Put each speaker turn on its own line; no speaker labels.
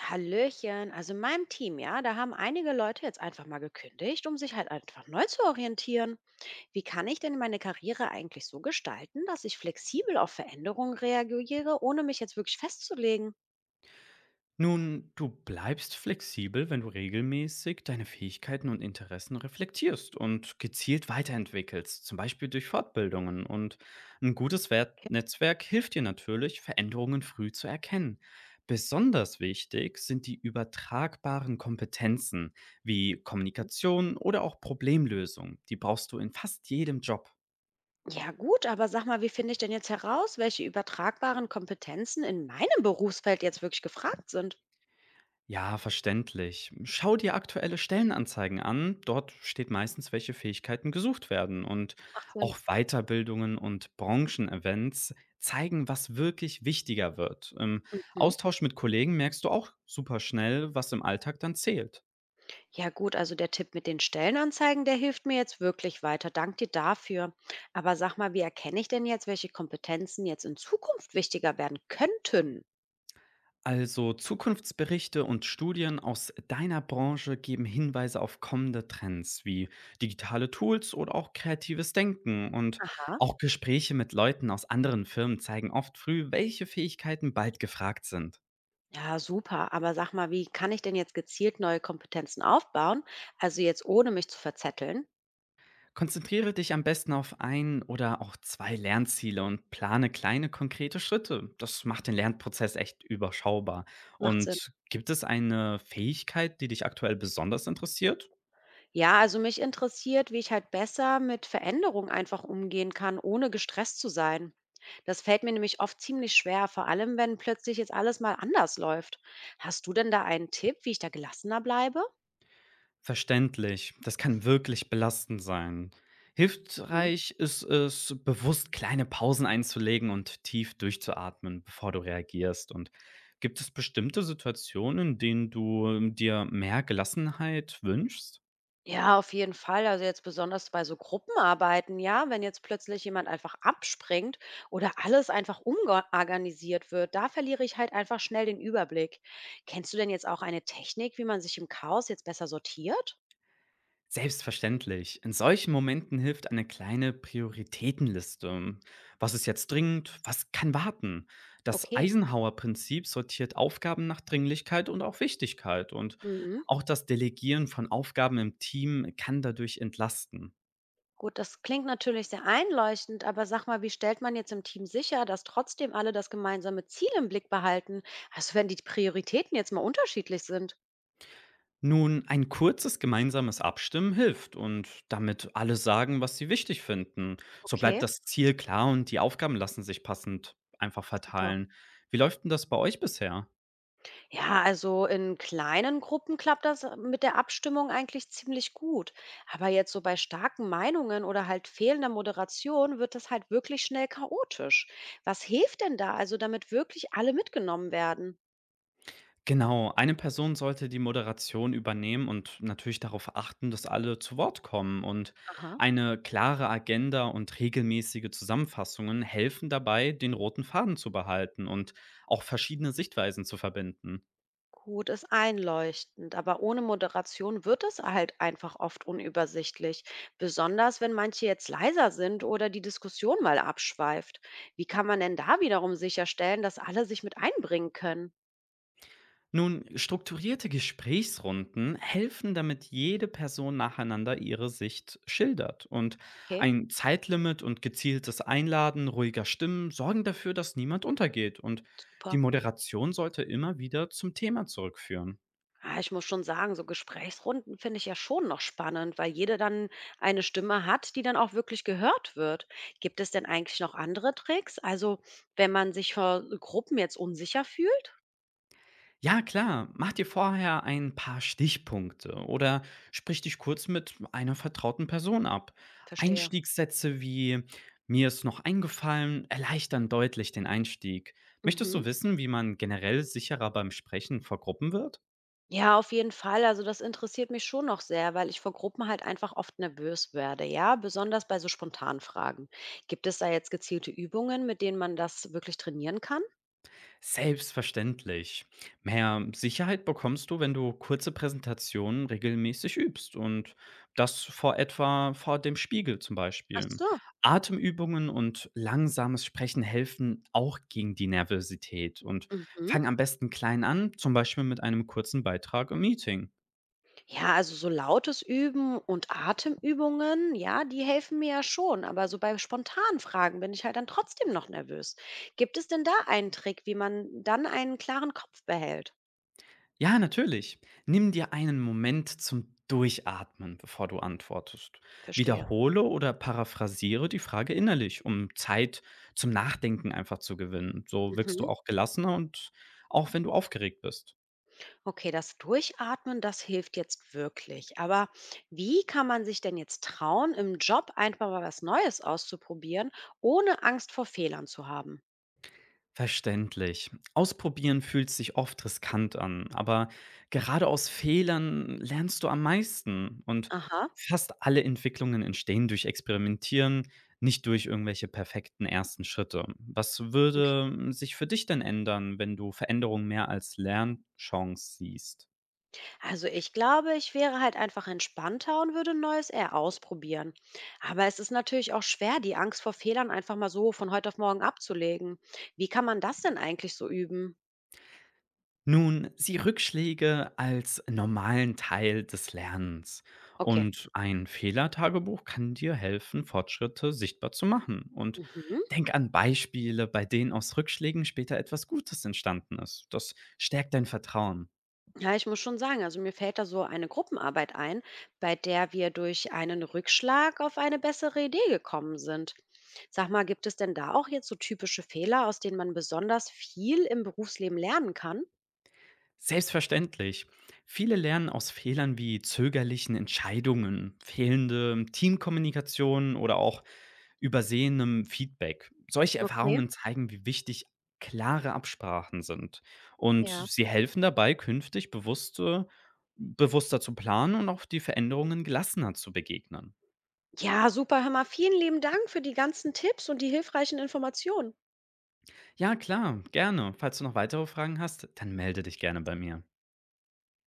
Hallöchen, also in meinem Team, ja, da haben einige Leute jetzt einfach mal gekündigt, um sich halt einfach neu zu orientieren. Wie kann ich denn meine Karriere eigentlich so gestalten, dass ich flexibel auf Veränderungen reagiere, ohne mich jetzt wirklich festzulegen?
Nun, du bleibst flexibel, wenn du regelmäßig deine Fähigkeiten und Interessen reflektierst und gezielt weiterentwickelst, zum Beispiel durch Fortbildungen. Und ein gutes
Okay.
Netzwerk hilft dir natürlich, Veränderungen früh zu erkennen. Besonders wichtig sind die übertragbaren Kompetenzen wie
Mhm.
Kommunikation oder auch Problemlösung. Die brauchst du in fast jedem Job.
Ja gut, aber sag mal, wie finde ich denn jetzt heraus, welche übertragbaren Kompetenzen in meinem Berufsfeld jetzt wirklich gefragt sind?
Ja, verständlich. Schau dir aktuelle Stellenanzeigen an. Dort steht meistens, welche Fähigkeiten gesucht werden. Und
Macht Sinn.
auch Weiterbildungen und Branchenevents zeigen, was wirklich wichtiger wird. Im
Mhm.
Austausch mit Kollegen merkst du auch super schnell, was im Alltag dann zählt.
Ja gut, also der Tipp mit den Stellenanzeigen, der hilft mir jetzt wirklich weiter. Dank dir dafür. Aber sag mal, wie erkenne ich denn jetzt, welche Kompetenzen jetzt in Zukunft wichtiger werden könnten?
Also Zukunftsberichte und Studien aus deiner Branche geben Hinweise auf kommende Trends wie digitale Tools oder auch kreatives Denken. Und
Aha.
auch Gespräche mit Leuten aus anderen Firmen zeigen oft früh, welche Fähigkeiten bald gefragt sind.
Ja, super. Aber sag mal, wie kann ich denn jetzt gezielt neue Kompetenzen aufbauen? Also jetzt ohne mich zu verzetteln?
Konzentriere dich am besten auf ein oder auch zwei Lernziele und plane kleine, konkrete Schritte. Das macht den Lernprozess echt überschaubar.
Macht Sinn.
Und gibt es eine Fähigkeit, die dich aktuell besonders interessiert?
Ja, also mich interessiert, wie ich halt besser mit Veränderungen einfach umgehen kann, ohne gestresst zu sein. Das fällt mir nämlich oft ziemlich schwer, vor allem wenn plötzlich jetzt alles mal anders läuft. Hast du denn da einen Tipp, wie ich da gelassener bleibe?
Verständlich. Das kann wirklich belastend sein.
Mhm.
Hilfreich ist es, bewusst kleine Pausen einzulegen und tief durchzuatmen, bevor du reagierst. Und gibt es bestimmte Situationen, in denen du dir mehr Gelassenheit wünschst?
Ja, auf jeden Fall. Also jetzt besonders bei so Gruppenarbeiten, ja, wenn jetzt plötzlich jemand einfach abspringt oder alles einfach umorganisiert wird, da verliere ich halt einfach schnell den Überblick. Kennst du denn jetzt auch eine Technik, wie man sich im Chaos jetzt besser sortiert?
Selbstverständlich. In solchen Momenten hilft eine kleine Prioritätenliste. Was ist jetzt dringend? Was kann warten? Das
Okay.
Eisenhower-Prinzip sortiert Aufgaben nach Dringlichkeit und auch Wichtigkeit. Und
Mhm.
auch das Delegieren von Aufgaben im Team kann dadurch entlasten.
Gut, das klingt natürlich sehr einleuchtend, aber sag mal, wie stellt man jetzt im Team sicher, dass trotzdem alle das gemeinsame Ziel im Blick behalten? Also wenn die Prioritäten jetzt mal unterschiedlich sind.
Nun, ein kurzes gemeinsames Abstimmen hilft und damit alle sagen, was sie wichtig finden. So
Okay,
bleibt das Ziel klar und die Aufgaben lassen sich passend einfach
super.
verteilen. Wie läuft denn das bei euch bisher?
Ja, also in kleinen Gruppen klappt das mit der Abstimmung eigentlich ziemlich gut. Aber jetzt so bei starken Meinungen oder halt fehlender Moderation wird das halt wirklich schnell chaotisch. Was hilft denn da, also damit wirklich alle mitgenommen werden?
Genau, eine Person sollte die Moderation übernehmen und natürlich darauf achten, dass alle zu Wort kommen. Und
Aha.
eine klare Agenda und regelmäßige Zusammenfassungen helfen dabei, den roten Faden zu behalten und auch verschiedene Sichtweisen zu verbinden.
Gut ist einleuchtend, aber ohne Moderation wird es halt einfach oft unübersichtlich, besonders wenn manche jetzt leiser sind oder die Diskussion mal abschweift. Wie kann man denn da wiederum sicherstellen, dass alle sich mit einbringen können?
Nun, strukturierte Gesprächsrunden helfen, damit jede Person nacheinander ihre Sicht schildert. Und
Okay.
ein Zeitlimit und gezieltes Einladen ruhiger Stimmen sorgen dafür, dass niemand untergeht. Und die
Super.
Moderation sollte immer wieder zum Thema zurückführen.
Ah, ich muss schon sagen, so Gesprächsrunden finde ich ja schon noch spannend, weil jeder dann eine Stimme hat, die dann auch wirklich gehört wird. Gibt es denn eigentlich noch andere Tricks? Also, wenn man sich vor Gruppen jetzt unsicher fühlt?
Ja, klar. Mach dir vorher ein paar Stichpunkte oder sprich dich kurz mit einer vertrauten Person ab.
Verstehe.
Einstiegssätze wie mir ist noch eingefallen erleichtern deutlich den Einstieg. Möchtest
Mhm.
du wissen, wie man generell sicherer beim Sprechen vor Gruppen wird?
Ja, auf jeden Fall. Also das interessiert mich schon noch sehr, weil ich vor Gruppen halt einfach oft nervös werde, ja, besonders bei so spontanen Fragen. Gibt es da jetzt gezielte Übungen, mit denen man das wirklich trainieren kann?
Selbstverständlich. Mehr Sicherheit bekommst du, wenn du kurze Präsentationen regelmäßig übst und das vor dem Spiegel zum
Ach
Beispiel.
so.
Atemübungen und langsames Sprechen helfen auch gegen die Nervosität und
Mhm.
fang am besten klein an, zum Beispiel mit einem kurzen Beitrag im Meeting.
Ja, also so lautes Üben und Atemübungen, ja, die helfen mir ja schon, aber so bei spontanen Fragen bin ich halt dann trotzdem noch nervös. Gibt es denn da einen Trick, wie man dann einen klaren Kopf behält?
Ja, natürlich. Nimm dir einen Moment zum Durchatmen, bevor du antwortest.
Verstehe.
Wiederhole oder paraphrasiere die Frage innerlich, um Zeit zum Nachdenken einfach zu gewinnen. So wirkst du
Mhm.
auch gelassener und auch wenn du aufgeregt bist.
Okay, das Durchatmen, das hilft jetzt wirklich. Aber wie kann man sich denn jetzt trauen, im Job einfach mal was Neues auszuprobieren, ohne Angst vor Fehlern zu haben?
Verständlich. Ausprobieren fühlt sich oft riskant an, aber gerade aus Fehlern lernst du am meisten. Und
Aha,
fast alle Entwicklungen entstehen durch Experimentieren, nicht durch irgendwelche perfekten ersten Schritte. Was
okay.
würde sich für dich denn ändern, wenn du Veränderung mehr als Lernchance siehst?
Also ich glaube, ich wäre halt einfach entspannter und würde Neues eher ausprobieren. Aber es ist natürlich auch schwer, die Angst vor Fehlern einfach mal so von heute auf morgen abzulegen. Wie kann man das denn eigentlich so üben?
Nun, sieh Rückschläge als normalen Teil des Lernens.
Okay.
Und ein Fehlertagebuch kann dir helfen, Fortschritte sichtbar zu machen. Und
Mhm.
denk an Beispiele, bei denen aus Rückschlägen später etwas Gutes entstanden ist. Das stärkt dein Vertrauen.
Ja, ich muss schon sagen, also mir fällt da so eine Gruppenarbeit ein, bei der wir durch einen Rückschlag auf eine bessere Idee gekommen sind. Sag mal, gibt es denn da auch jetzt so typische Fehler, aus denen man besonders viel im Berufsleben lernen kann?
Selbstverständlich. Viele lernen aus Fehlern wie zögerlichen Entscheidungen, fehlende Teamkommunikation oder auch übersehenem Feedback. Solche
Okay,
Erfahrungen zeigen, wie wichtig klare Absprachen sind. Und
ja.
sie helfen dabei, künftig bewusster zu planen und auch die Veränderungen gelassener zu begegnen.
Ja, super, hör mal, vielen lieben Dank für die ganzen Tipps und die hilfreichen Informationen.
Ja, klar, gerne. Falls du noch weitere Fragen hast, dann melde dich gerne bei mir.